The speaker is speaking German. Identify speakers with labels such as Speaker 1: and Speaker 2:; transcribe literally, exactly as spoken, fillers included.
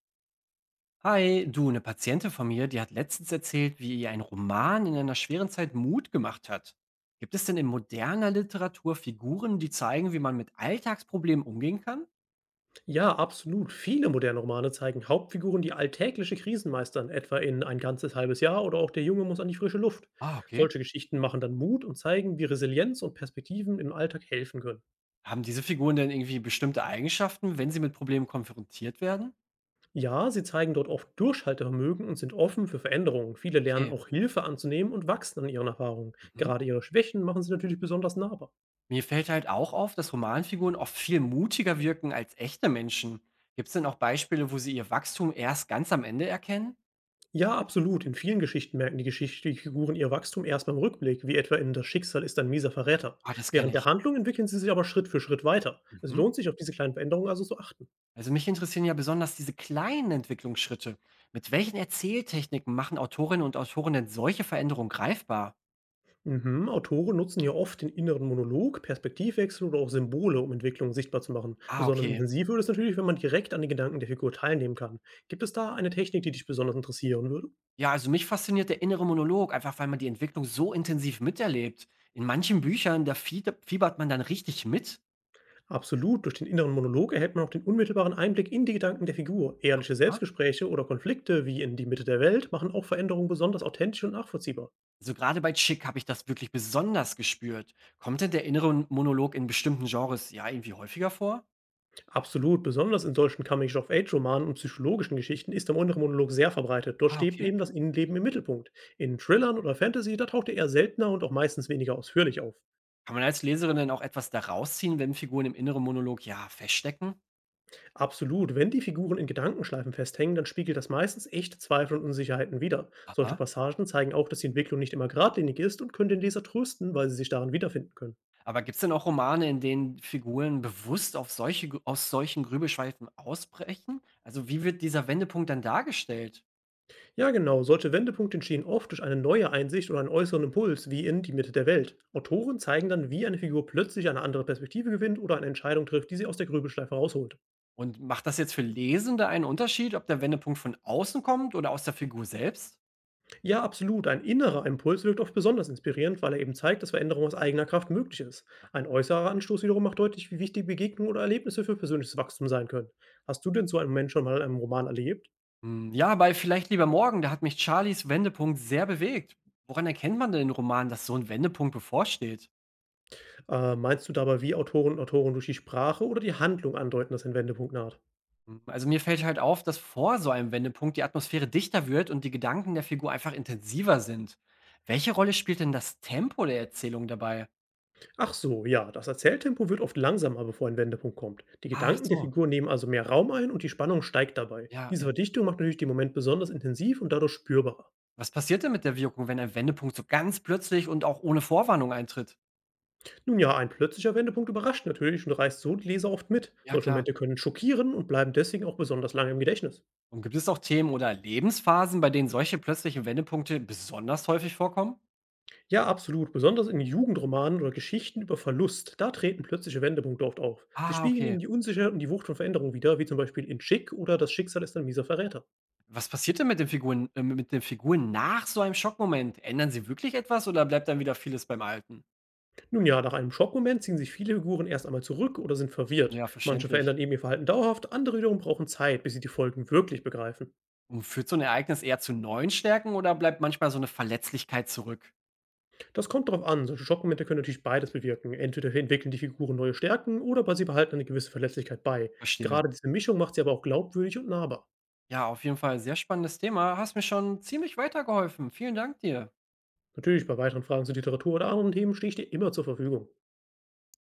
Speaker 1: Hi, du, eine Patientin von mir, die hat letztens erzählt, wie ihr ein Roman in einer schweren Zeit Mut gemacht hat. Gibt es denn in moderner Literatur Figuren, die zeigen, wie man mit Alltagsproblemen umgehen kann?
Speaker 2: Ja, absolut. Viele moderne Romane zeigen Hauptfiguren, die alltägliche Krisen meistern, etwa in ein ganzes halbes Jahr oder auch Der Junge muss an die frische Luft.
Speaker 1: Ah, okay.
Speaker 2: Solche Geschichten machen dann Mut und zeigen, wie Resilienz und Perspektiven im Alltag helfen können.
Speaker 1: Haben diese Figuren denn irgendwie bestimmte Eigenschaften, wenn sie mit Problemen konfrontiert werden?
Speaker 2: Ja, sie zeigen dort oft Durchhaltevermögen und sind offen für Veränderungen. Viele lernen
Speaker 1: Okay.
Speaker 2: auch Hilfe anzunehmen und wachsen an ihren Erfahrungen.
Speaker 1: Mhm.
Speaker 2: Gerade ihre Schwächen machen sie natürlich besonders nahbar.
Speaker 1: Mir fällt halt auch auf, dass Romanfiguren oft viel mutiger wirken als echte Menschen. Gibt es denn auch Beispiele, wo sie ihr Wachstum erst ganz am Ende erkennen?
Speaker 2: Ja, absolut. In vielen Geschichten merken die geschichtlichen Figuren ihr Wachstum erst beim Rückblick, wie etwa in Das Schicksal ist ein mieser Verräter.
Speaker 1: Ah, das kenne
Speaker 2: Während der
Speaker 1: ich.
Speaker 2: Handlung entwickeln sie sich aber Schritt für Schritt weiter. Es
Speaker 1: Mhm.
Speaker 2: lohnt sich, auf diese kleinen Veränderungen also zu achten.
Speaker 1: Also mich interessieren ja besonders diese kleinen Entwicklungsschritte. Mit welchen Erzähltechniken machen Autorinnen und Autoren denn solche Veränderungen greifbar?
Speaker 2: Mhm, Autoren nutzen hier oft den inneren Monolog, Perspektivwechsel oder auch Symbole, um Entwicklungen sichtbar zu machen.
Speaker 1: Ah,
Speaker 2: Besonders
Speaker 1: okay.
Speaker 2: intensiv wird es natürlich, wenn man direkt an den Gedanken der Figur teilnehmen kann. Gibt es da eine Technik, die dich besonders interessieren würde?
Speaker 1: Ja, also mich fasziniert der innere Monolog, einfach weil man die Entwicklung so intensiv miterlebt. In manchen Büchern, da fie- fiebert man dann richtig mit.
Speaker 2: Absolut, durch den inneren Monolog erhält man auch den unmittelbaren Einblick in die Gedanken der Figur. Ehrliche
Speaker 1: Ja?
Speaker 2: Selbstgespräche oder Konflikte wie in Die Mitte der Welt machen auch Veränderungen besonders authentisch und nachvollziehbar.
Speaker 1: Also gerade bei Chick habe ich das wirklich besonders gespürt. Kommt denn der innere Monolog in bestimmten Genres ja irgendwie häufiger vor?
Speaker 2: Absolut, besonders in solchen Coming-of-Age-Romanen und psychologischen Geschichten ist der innere Monolog sehr verbreitet. Dort
Speaker 1: Ah,
Speaker 2: steht
Speaker 1: okay.
Speaker 2: eben das Innenleben im Mittelpunkt. In Thrillern oder Fantasy, da taucht er eher seltener und auch meistens weniger ausführlich auf.
Speaker 1: Kann man als Leserin denn auch etwas daraus ziehen, wenn Figuren im inneren Monolog ja feststecken?
Speaker 2: Absolut. Wenn die Figuren in Gedankenschleifen festhängen, dann spiegelt das meistens echte Zweifel und Unsicherheiten wider. Solche
Speaker 1: Aha.
Speaker 2: Passagen zeigen auch, dass die Entwicklung nicht immer geradlinig ist und können den Leser trösten, weil sie sich darin wiederfinden können.
Speaker 1: Aber gibt es denn auch Romane, in denen Figuren bewusst auf solche G aus solchen Grübelschweifen ausbrechen? Also, wie wird dieser Wendepunkt dann dargestellt?
Speaker 2: Ja, genau, solche Wendepunkte entstehen oft durch eine neue Einsicht oder einen äußeren Impuls, wie in Die Mitte der Welt. Autoren zeigen dann, wie eine Figur plötzlich eine andere Perspektive gewinnt oder eine Entscheidung trifft, die sie aus der Grübelschleife rausholt.
Speaker 1: Und macht das jetzt für Lesende einen Unterschied, ob der Wendepunkt von außen kommt oder aus der Figur selbst?
Speaker 2: Ja, absolut. Ein innerer Impuls wirkt oft besonders inspirierend, weil er eben zeigt, dass Veränderung aus eigener Kraft möglich ist. Ein äußerer Anstoß wiederum macht deutlich, wie wichtig Begegnungen oder Erlebnisse für persönliches Wachstum sein können. Hast du denn so einen Moment schon mal in einem Roman erlebt?
Speaker 1: Hm, ja, bei „Vielleicht lieber morgen“, da hat mich Charlies Wendepunkt sehr bewegt. Woran erkennt man denn in Romanen, dass so ein Wendepunkt bevorsteht?
Speaker 2: Äh, meinst du dabei, wie Autoren und Autoren durch die Sprache oder die Handlung andeuten, dass ein Wendepunkt naht?
Speaker 1: Hm, also, mir fällt halt auf, dass vor so einem Wendepunkt die Atmosphäre dichter wird und die Gedanken der Figur einfach intensiver sind. Welche Rolle spielt denn das Tempo der Erzählung dabei?
Speaker 2: Ach so, ja, das Erzähltempo wird oft langsamer, bevor ein Wendepunkt kommt. Die
Speaker 1: Ach
Speaker 2: Gedanken der
Speaker 1: so,
Speaker 2: Figur nehmen also mehr Raum ein und die Spannung steigt dabei.
Speaker 1: ja,
Speaker 2: Diese
Speaker 1: ja.
Speaker 2: Verdichtung macht natürlich den Moment besonders intensiv und dadurch spürbarer.
Speaker 1: Was passiert denn mit der Wirkung, wenn ein Wendepunkt so ganz plötzlich und auch ohne Vorwarnung eintritt?
Speaker 2: Nun ja, ein plötzlicher Wendepunkt überrascht natürlich und reißt so die Leser oft mit.
Speaker 1: Ja,
Speaker 2: Solche
Speaker 1: klar.
Speaker 2: Momente können schockieren und bleiben deswegen auch besonders lange im Gedächtnis.
Speaker 1: Und gibt es auch Themen oder Lebensphasen, bei denen solche plötzlichen Wendepunkte besonders häufig vorkommen?
Speaker 2: Ja, absolut, besonders in Jugendromanen oder Geschichten über Verlust, da treten plötzliche Wendepunkte oft auf. Sie
Speaker 1: Ah,
Speaker 2: spiegeln
Speaker 1: okay.
Speaker 2: eben die Unsicherheit und die Wucht von Veränderungen wider, wie zum Beispiel in Chick oder Das Schicksal ist ein mieser Verräter.
Speaker 1: Was passiert denn mit den Figuren, äh, mit den Figuren nach so einem Schockmoment? Ändern sie wirklich etwas oder bleibt dann wieder vieles beim Alten?
Speaker 2: Nun ja, nach einem Schockmoment ziehen sich viele Figuren erst einmal zurück oder sind verwirrt.
Speaker 1: Ja,
Speaker 2: Manche verändern
Speaker 1: verständlich.
Speaker 2: eben ihr Verhalten dauerhaft, andere wiederum brauchen Zeit, bis sie die Folgen wirklich begreifen.
Speaker 1: Und führt so ein Ereignis eher zu neuen Stärken oder bleibt manchmal so eine Verletzlichkeit zurück?
Speaker 2: Das kommt darauf an, solche Schockmomente können natürlich beides bewirken. Entweder entwickeln die Figuren neue Stärken oder aber sie behalten eine gewisse Verletzlichkeit bei.
Speaker 1: Verstehe.
Speaker 2: Gerade diese Mischung macht sie aber auch glaubwürdig und nahbar.
Speaker 1: Ja, auf jeden Fall sehr spannendes Thema. Hast mir schon ziemlich weitergeholfen. Vielen Dank dir.
Speaker 2: Natürlich, bei weiteren Fragen zur Literatur oder anderen Themen stehe ich dir immer zur Verfügung.